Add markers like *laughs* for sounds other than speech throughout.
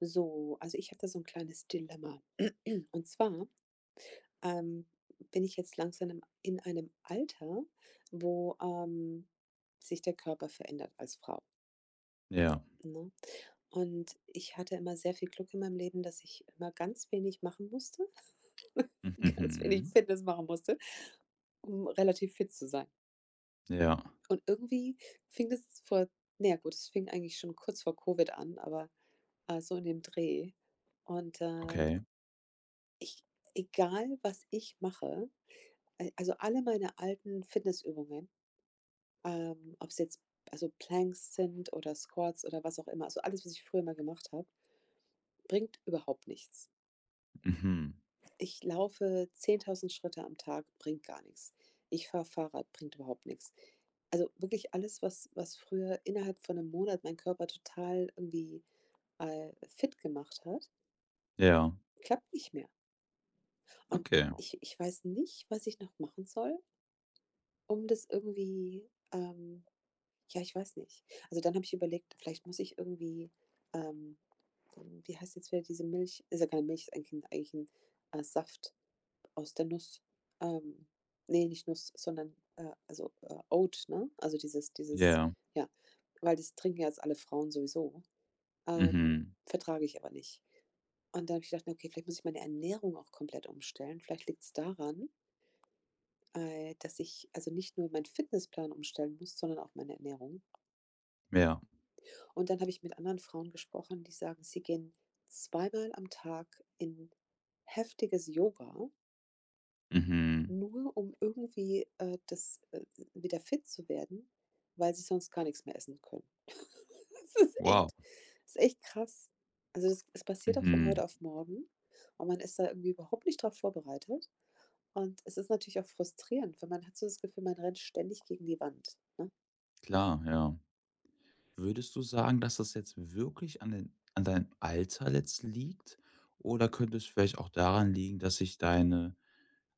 So, also ich habe da so ein kleines Dilemma. Und zwar, ähm, bin ich jetzt langsam im in einem Alter, wo, sich der Körper verändert als Frau, Ja. ne? Und ich hatte immer sehr viel Glück in meinem Leben, dass ich immer ganz wenig machen musste, *laughs* ganz wenig Mhm. Fitness machen musste, um relativ fit zu sein. Ja, Und irgendwie fing das vor naja, gut, es fing eigentlich schon kurz vor Covid an, aber, so in dem Dreh. Und, okay. Ich egal, was ich mache, al also alle meine alten Fitnessübungen, ob es jetzt also Planks sind oder Squats oder was auch immer, also alles, was ich früher mal gemacht habe, bringt überhaupt nichts. Mhm. Ich laufe 10.000 Schritte am Tag, bringt gar nichts. Ich fahre Fahrrad, bringt überhaupt nichts. Also wirklich alles, was früher innerhalb von einem Monat mein Körper total irgendwie, fit gemacht hat, Ja, klappt nicht mehr. Und okay. ich weiß nicht, was ich noch machen soll. Um das irgendwie, ja, ich weiß nicht. Also, dann habe ich überlegt, vielleicht muss ich irgendwie, ähm wie heißt jetzt wieder diese Milch? Ist ja keine Milch, ist eigentlich ein eigentlich 'n, Saft aus der Nuss. Ähm, ne, nicht Nuss, sondern, also, Oat, ne? Also, dieses Ja. ja, weil das trinken ja jetzt alle Frauen sowieso. Mhm. Vertrage ich aber nicht. Und dann habe ich gedacht: „Na, okay, vielleicht muss ich meine Ernährung auch komplett umstellen. Vielleicht liegt es daran.“ dass ich also nicht nur meinen Fitnessplan umstellen muss, sondern auch meine Ernährung. Ja. Und dann habe ich mit anderen Frauen gesprochen, die sagen, sie gehen zweimal am Tag in heftiges Yoga, Mhm. nur um irgendwie, das wieder fit zu werden, weil sie sonst gar nichts mehr essen können. *laughs* Das ist Wow. echt das ist echt krass. Also, das es passiert auch von Mhm. heute auf morgen und man ist da irgendwie überhaupt nicht drauf vorbereitet. Und es ist natürlich auch frustrierend, weil man hat so das Gefühl, man rennt ständig gegen die Wand, ne? Klar, ja. Würdest du sagen, dass das jetzt wirklich an deinem Alter jetzt liegt? Oder könnte es vielleicht auch daran liegen, dass sich deine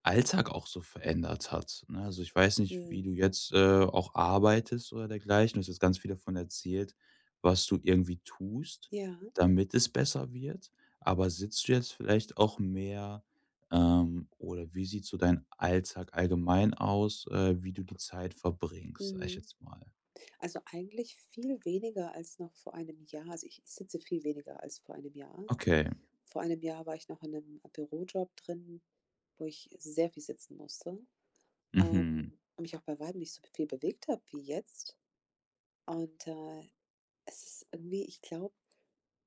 Alltag auch so verändert hat, ne? Also, ich weiß nicht, wie du Mhm. jetzt, auch arbeitest oder dergleichen. Du hast jetzt ganz viel davon erzählt, was du irgendwie tust, Ja, damit es besser wird. Aber sitzt du jetzt vielleicht auch mehr, oder wie sieht so dein Alltag allgemein aus, wie du die Zeit verbringst, sag ich mhm. jetzt mal? Also, eigentlich viel weniger als noch vor einem Jahr. Also, ich sitze viel weniger als vor einem Jahr. Okay. Vor einem Jahr war ich noch in einem Bürojob drin, wo ich sehr viel sitzen musste, Mhm. Und mich auch bei Weitem nicht so viel bewegt habe wie jetzt. Und, es ist irgendwie, ich glaube,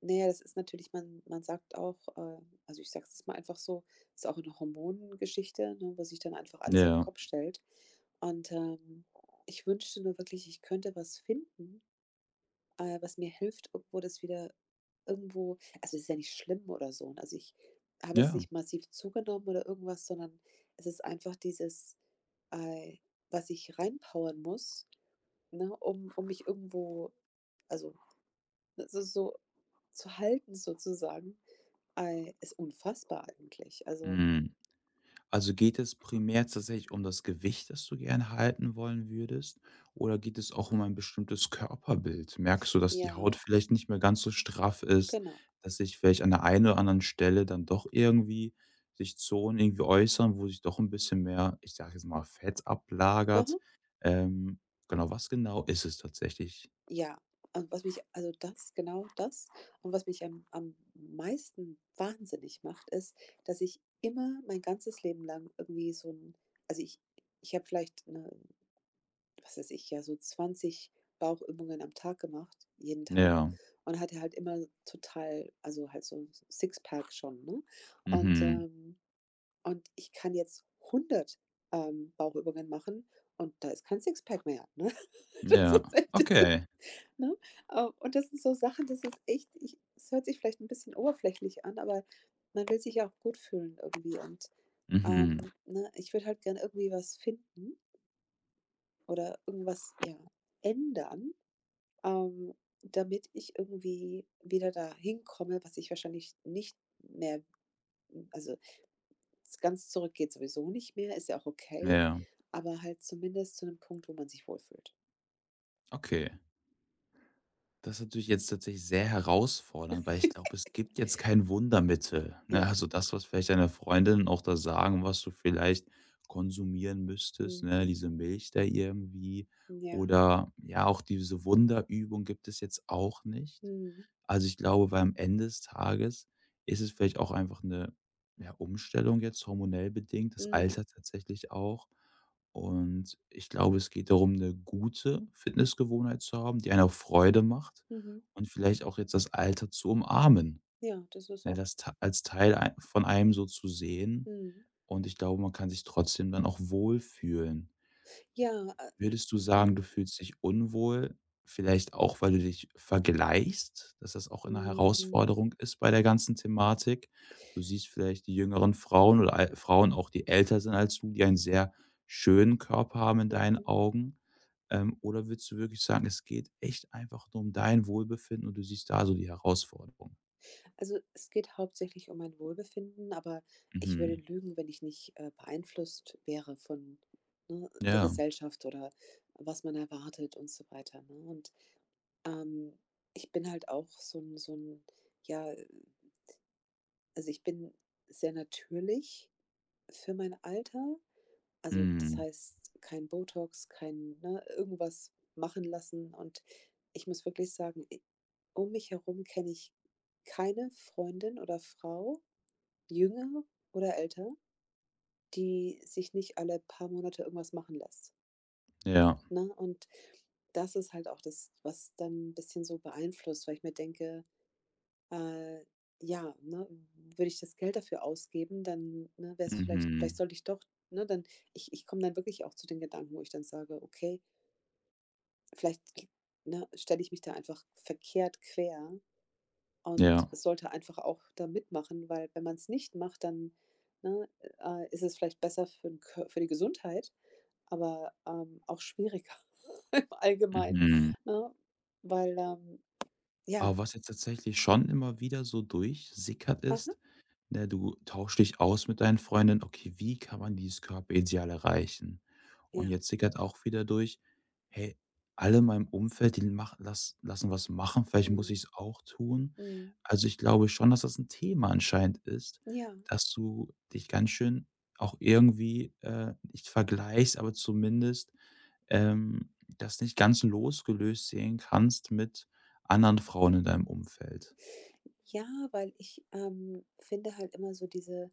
na ja, das ist natürlich, man sagt auch, also, ich sage es mal einfach so, ist auch eine Hormongeschichte, ne, wo sich dann einfach alles auf den Ja. Kopf stellt. Und, ich wünschte nur wirklich, ich könnte was finden, was mir hilft, irgendwo das wieder irgendwo, also, es ist ja nicht schlimm oder so, ne? Also, ich habe jetzt Ja. nicht massiv zugenommen oder irgendwas, sondern es ist einfach dieses, äh, was ich reinpowern muss, ne, um mich irgendwo, also, ne, so zu halten sozusagen, ist unfassbar eigentlich. Also, Mhm. Also geht es primär tatsächlich um das Gewicht, das du gerne halten wollen würdest, oder geht es auch um ein bestimmtes Körperbild? Merkst du, dass die ja, Haut vielleicht nicht mehr ganz so straff ist, genau. dass sich vielleicht an der einen oder anderen Stelle dann doch irgendwie sich Zonen irgendwie äußern, wo sich doch ein bisschen mehr, ich sage jetzt mal, Fett ablagert? Mhm. Ähm, genau, was genau ist es tatsächlich? Ja, und was mich, also, das genau, das. Und was mich am meisten wahnsinnig macht, ist, dass ich immer mein ganzes Leben lang irgendwie so ein, also, ich habe vielleicht, ne, was weiß ich, ja, so 20 Bauchübungen am Tag gemacht, jeden Tag, Ja. und hatte halt immer total, also halt so 'n Sixpack schon, ne? Und, Mhm. ähm und ich kann jetzt 100 Bauchübungen machen und da ist kein Sixpack mehr, ne? *laughs* Das Ja. ist echt, das. Okay. Ne? Und das sind so Sachen, das ist echt, ich es hört sich vielleicht ein bisschen oberflächlich an, aber man will sich ja auch gut fühlen irgendwie und, Mhm. Ne, ich würde halt gerne irgendwie was finden oder irgendwas, ja, ändern, ähm, damit ich irgendwie wieder dahin komme, was ich wahrscheinlich nicht mehr, also, ganz zurück geht sowieso nicht mehr, ist ja auch okay, Ja. aber halt zumindest zu einem Punkt, wo man sich wohlfühlt. Okay. Das ist natürlich jetzt tatsächlich sehr herausfordernd, weil ich *laughs* glaube, es gibt jetzt kein Wundermittel, ne? Ja. Also, das, was vielleicht deine Freundinnen auch da sagen, was du vielleicht konsumieren müsstest, ne, Mhm. diese Milch da irgendwie Ja. oder ja, auch diese Wunderübung gibt es jetzt auch nicht. Mhm. Also, ich glaube, weil am Ende des Tages ist es vielleicht auch einfach eine ja, Umstellung jetzt hormonell bedingt, das Mhm. Alter tatsächlich auch. Und ich glaube, es geht darum, eine gute Fitnessgewohnheit zu haben, die einen auch Freude macht Mhm. und vielleicht auch jetzt das Alter zu umarmen, Ja, das ist ne, auch. das T als Teil ei von einem so zu sehen. Mhm. Und ich glaube, man kann sich trotzdem dann auch wohlfühlen. Ja, äh, Würdest du sagen, du mhm, fühlst dich unwohl, vielleicht auch, weil du dich vergleichst, dass das auch eine mhm, mhm. Herausforderung ist bei der ganzen Thematik? Du siehst vielleicht die jüngeren Frauen oder al Frauen auch, die älter sind als du, die einen sehr schönen Körper haben in deinen Augen. Oder würdest du wirklich sagen, es geht echt einfach nur um dein Wohlbefinden und du siehst da so die Herausforderung? Also, es geht hauptsächlich um mein Wohlbefinden, aber ich würde Mhm. lügen, wenn ich nicht, beeinflusst wäre von, ne, der Ja. Gesellschaft oder was man erwartet und so weiter, ne? Und, ähm, ich bin halt auch so ein, ja, also, ich bin sehr natürlich für mein Alter. Also, das Mhm. heißt, kein Botox, kein, ne, irgendwas machen lassen, und ich muss wirklich sagen, i um mich herum kenne ich keine Freundin oder Frau, jünger oder älter, die sich nicht alle paar Monate irgendwas machen lässt, Ja. ne? Und das ist halt auch das, was dann 'n bisschen so beeinflusst, weil ich mir denke, äh, ja, ne, würde ich das Geld dafür ausgeben, dann, ne, wäre es vielleicht Mhm. sollte ich doch, ne, dann, ich komme dann wirklich auch zu den Gedanken, wo ich dann sage: „Okay, vielleicht, ne, stelle ich mich da einfach verkehrt quer und Ja. sollte einfach auch da mitmachen“, weil wenn man es nicht macht, dann, ne, ist es vielleicht besser für den Kö für die Gesundheit, aber, auch schwieriger *laughs* im Allgemeinen, Mhm. ne? Weil, ja, Aber was jetzt tatsächlich schon immer wieder so durchsickert aha, ist, ne, du tauschst dich aus mit deinen Freundinnen. Okay, wie kann man dieses Körperideal erreichen? Und ja, jetzt sickert auch wieder durch, hey, alle in meinem Umfeld, die lassen was machen, vielleicht muss ich mhm, es auch tun. mhm, Also ich glaube schon, dass das ein Thema anscheinend ist, ja. dass du dich ganz schön auch irgendwie nicht vergleichst, aber zumindest das nicht ganz losgelöst sehen kannst mit anderen Frauen in deinem Umfeld. Ja, weil ich, finde halt immer so diese,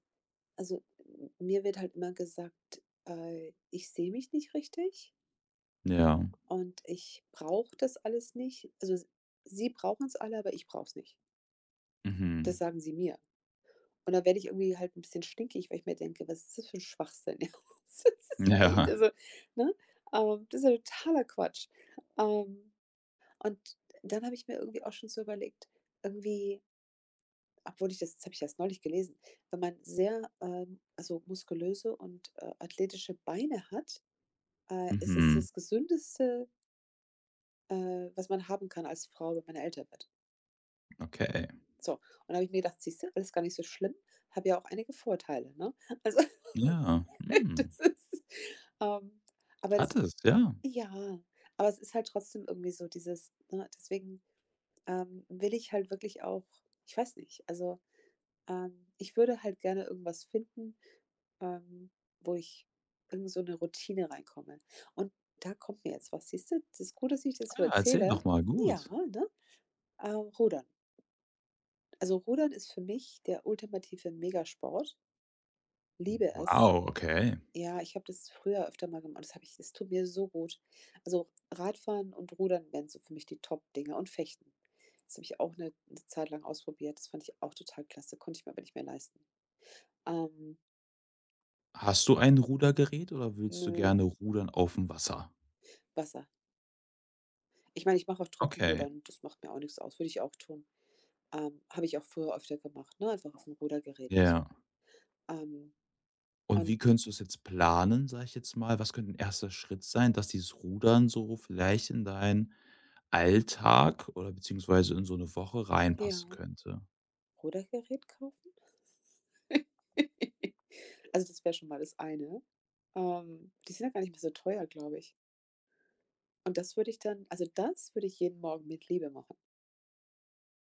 also, m mir wird halt immer gesagt, ich sehe mich nicht richtig Ja. und ich brauche das alles nicht. Also, s sie brauchen es alle, aber ich brauche es nicht. Das Mhm. sagen sie mir. Und dann werde ich irgendwie halt ein bisschen stinkig, weil ich mir denke: „Was ist das für ein Schwachsinn?“ *laughs* Das *laughs* ist echt, Ja. also, ne? Das ist ja totaler Quatsch. Ähm, und dann habe ich mir irgendwie auch schon so überlegt, irgendwie, obwohl ich das habe ich erst neulich gelesen, wenn man sehr, also, muskulöse und, athletische Beine hat, ist es Mhm. das Gesündeste, was man haben kann als Frau, wenn man älter wird. Okay. So, und da habe ich mir gedacht: „Siehst du, alles gar nicht so schlimm, habe ja auch einige Vorteile“, ne? Also, Ja. *laughs* Hm. das ist, ähm aber Hat das, es, ja. ja, aber es ist halt trotzdem irgendwie so dieses, ne, deswegen, will ich halt wirklich auch, ich weiß nicht, also, ich würde halt gerne irgendwas finden, Ähm, wo ich in so 'ne Routine reinkomme. Und da kommt mir jetzt was, siehst du? Das ist gut, dass ich das so Ah, erzähl erzähle. doch mal, Ja, gut. ne? Rudern. Also, Rudern ist für mich der ultimative Megasport, liebe es. Wow, okay. Ja, ich habe das früher öfter mal gemacht. Das habe ich, das tut mir so gut. Also, Radfahren und Rudern wären so für mich die Top-Dinger, und Fechten. Das habe ich auch 'ne 'ne Zeit lang ausprobiert. Das fand ich auch total klasse, konnte ich mir aber nicht mehr leisten. Ähm, Hast du ein Rudergerät oder willst du nö, gerne rudern auf dem Wasser? Wasser. Ich meine, ich mache auch Okay, Trockenrudern, das macht mir auch nichts aus, würde ich auch tun. Habe ich auch früher öfter gemacht, ne, einfach auf Rudergeräten so. ja. Ähm, Und wie und könntest du es jetzt planen, sage ich jetzt mal? Was könnte ein erster Schritt sein, dass dieses Rudern so vielleicht in deinen Alltag oder beziehungsweise in so eine Woche ja, reinpassen könnte? Rudergerät kaufen? *laughs* Also, das wäre schon mal das eine. Die sind ja gar nicht mehr so teuer, glaube ich. Und das würde ich dann, also, das würde ich jeden Morgen mit Liebe machen.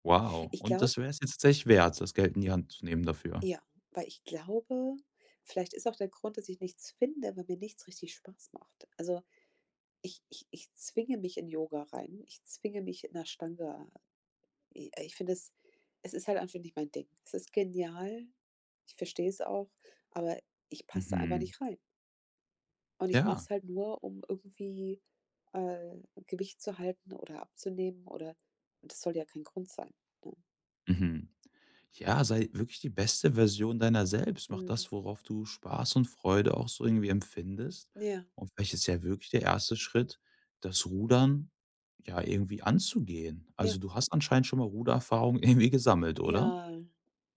Wow. Ich Und glaube, das wäre es jetzt tatsächlich wert, das Geld in die Hand zu nehmen dafür? ja, weil ich glaube, vielleicht ist auch der Grund, dass ich nichts finde, weil mir nichts richtig Spaß macht. Also, ich zwinge mich in Yoga rein, ich zwinge mich in der Stange, I ich finde es, es ist halt einfach nicht mein Ding. Es ist genial, ich verstehe es auch, aber ich passe da einfach Mhm. nicht rein. Und ich mache Ja. es halt nur, um irgendwie, äh, Gewicht zu halten oder abzunehmen oder, und das soll ja kein Grund sein, ne? Mhm. Ja, sei wirklich die beste Version deiner selbst. Mach Mhm. das, worauf du Spaß und Freude auch so irgendwie empfindest. Ja, Und vielleicht ist ja wirklich der erste Schritt, das Rudern ja irgendwie anzugehen. ja, Also du hast anscheinend schon mal Rudererfahrung *laughs* irgendwie gesammelt, oder? ja.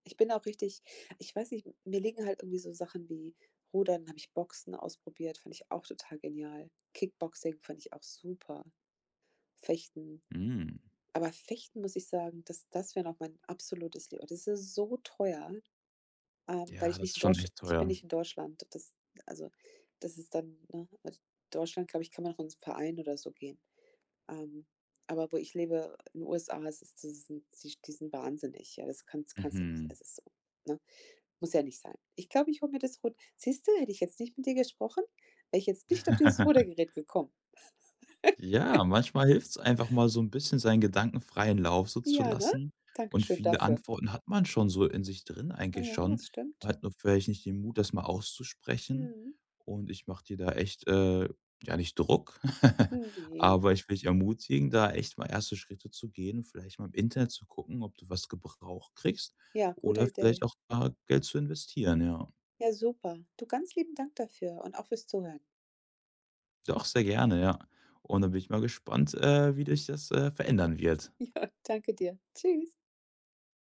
Ich bin auch richtig, ich weiß nicht, mir liegen halt irgendwie so Sachen wie Rudern. Habe ich Boxen ausprobiert, fand ich auch total genial. Kickboxing fand ich auch super. Fechten. Hm. Aber Fechten muss ich sagen, das wäre noch mein absolutes Lieblings, das ist so teuer, weil Ja, ich das nicht ist in schon Deutsch echt ich bin teuer. nicht in Deutschland. Das, also, das ist dann, ne, also, Deutschland, glaube ich, kann man noch in 'n Verein oder so gehen. Ähm, aber wo ich lebe, in USA, es ist, das sind die sind wahnsinnig, ja, das kannst du nicht. Mhm. Es ist so, ne? Muss ja nicht sein. Ich glaube, ich hole mir das Rud siehst du, hätte ich jetzt nicht mit dir gesprochen, wäre ich jetzt nicht auf dieses *laughs* Rudergerät gekommen. Ja, manchmal hilft es einfach mal so ein bisschen seinen Gedanken freien Lauf so zu Ja, ne? lassen und Dankeschön viele dafür. Antworten hat man schon so in sich drin eigentlich Ja, schon. das Man stimmt. hat nur vielleicht nicht den Mut, das mal auszusprechen Mhm. und ich mache dir da echt, ja nicht Druck, *laughs* Ne. aber ich will dich ermutigen, da echt mal erste Schritte zu gehen, vielleicht mal im Internet zu gucken, ob du was gebraucht kriegst Ja, gute oder vielleicht Idee. auch da Geld zu investieren, ja. Ja, super. Du, ganz lieben Dank dafür und auch fürs Zuhören. *laughs* Doch, sehr gerne, ja. Und dann bin ich mal gespannt, wie dich das, verändern wird. Ja, danke dir. Tschüss.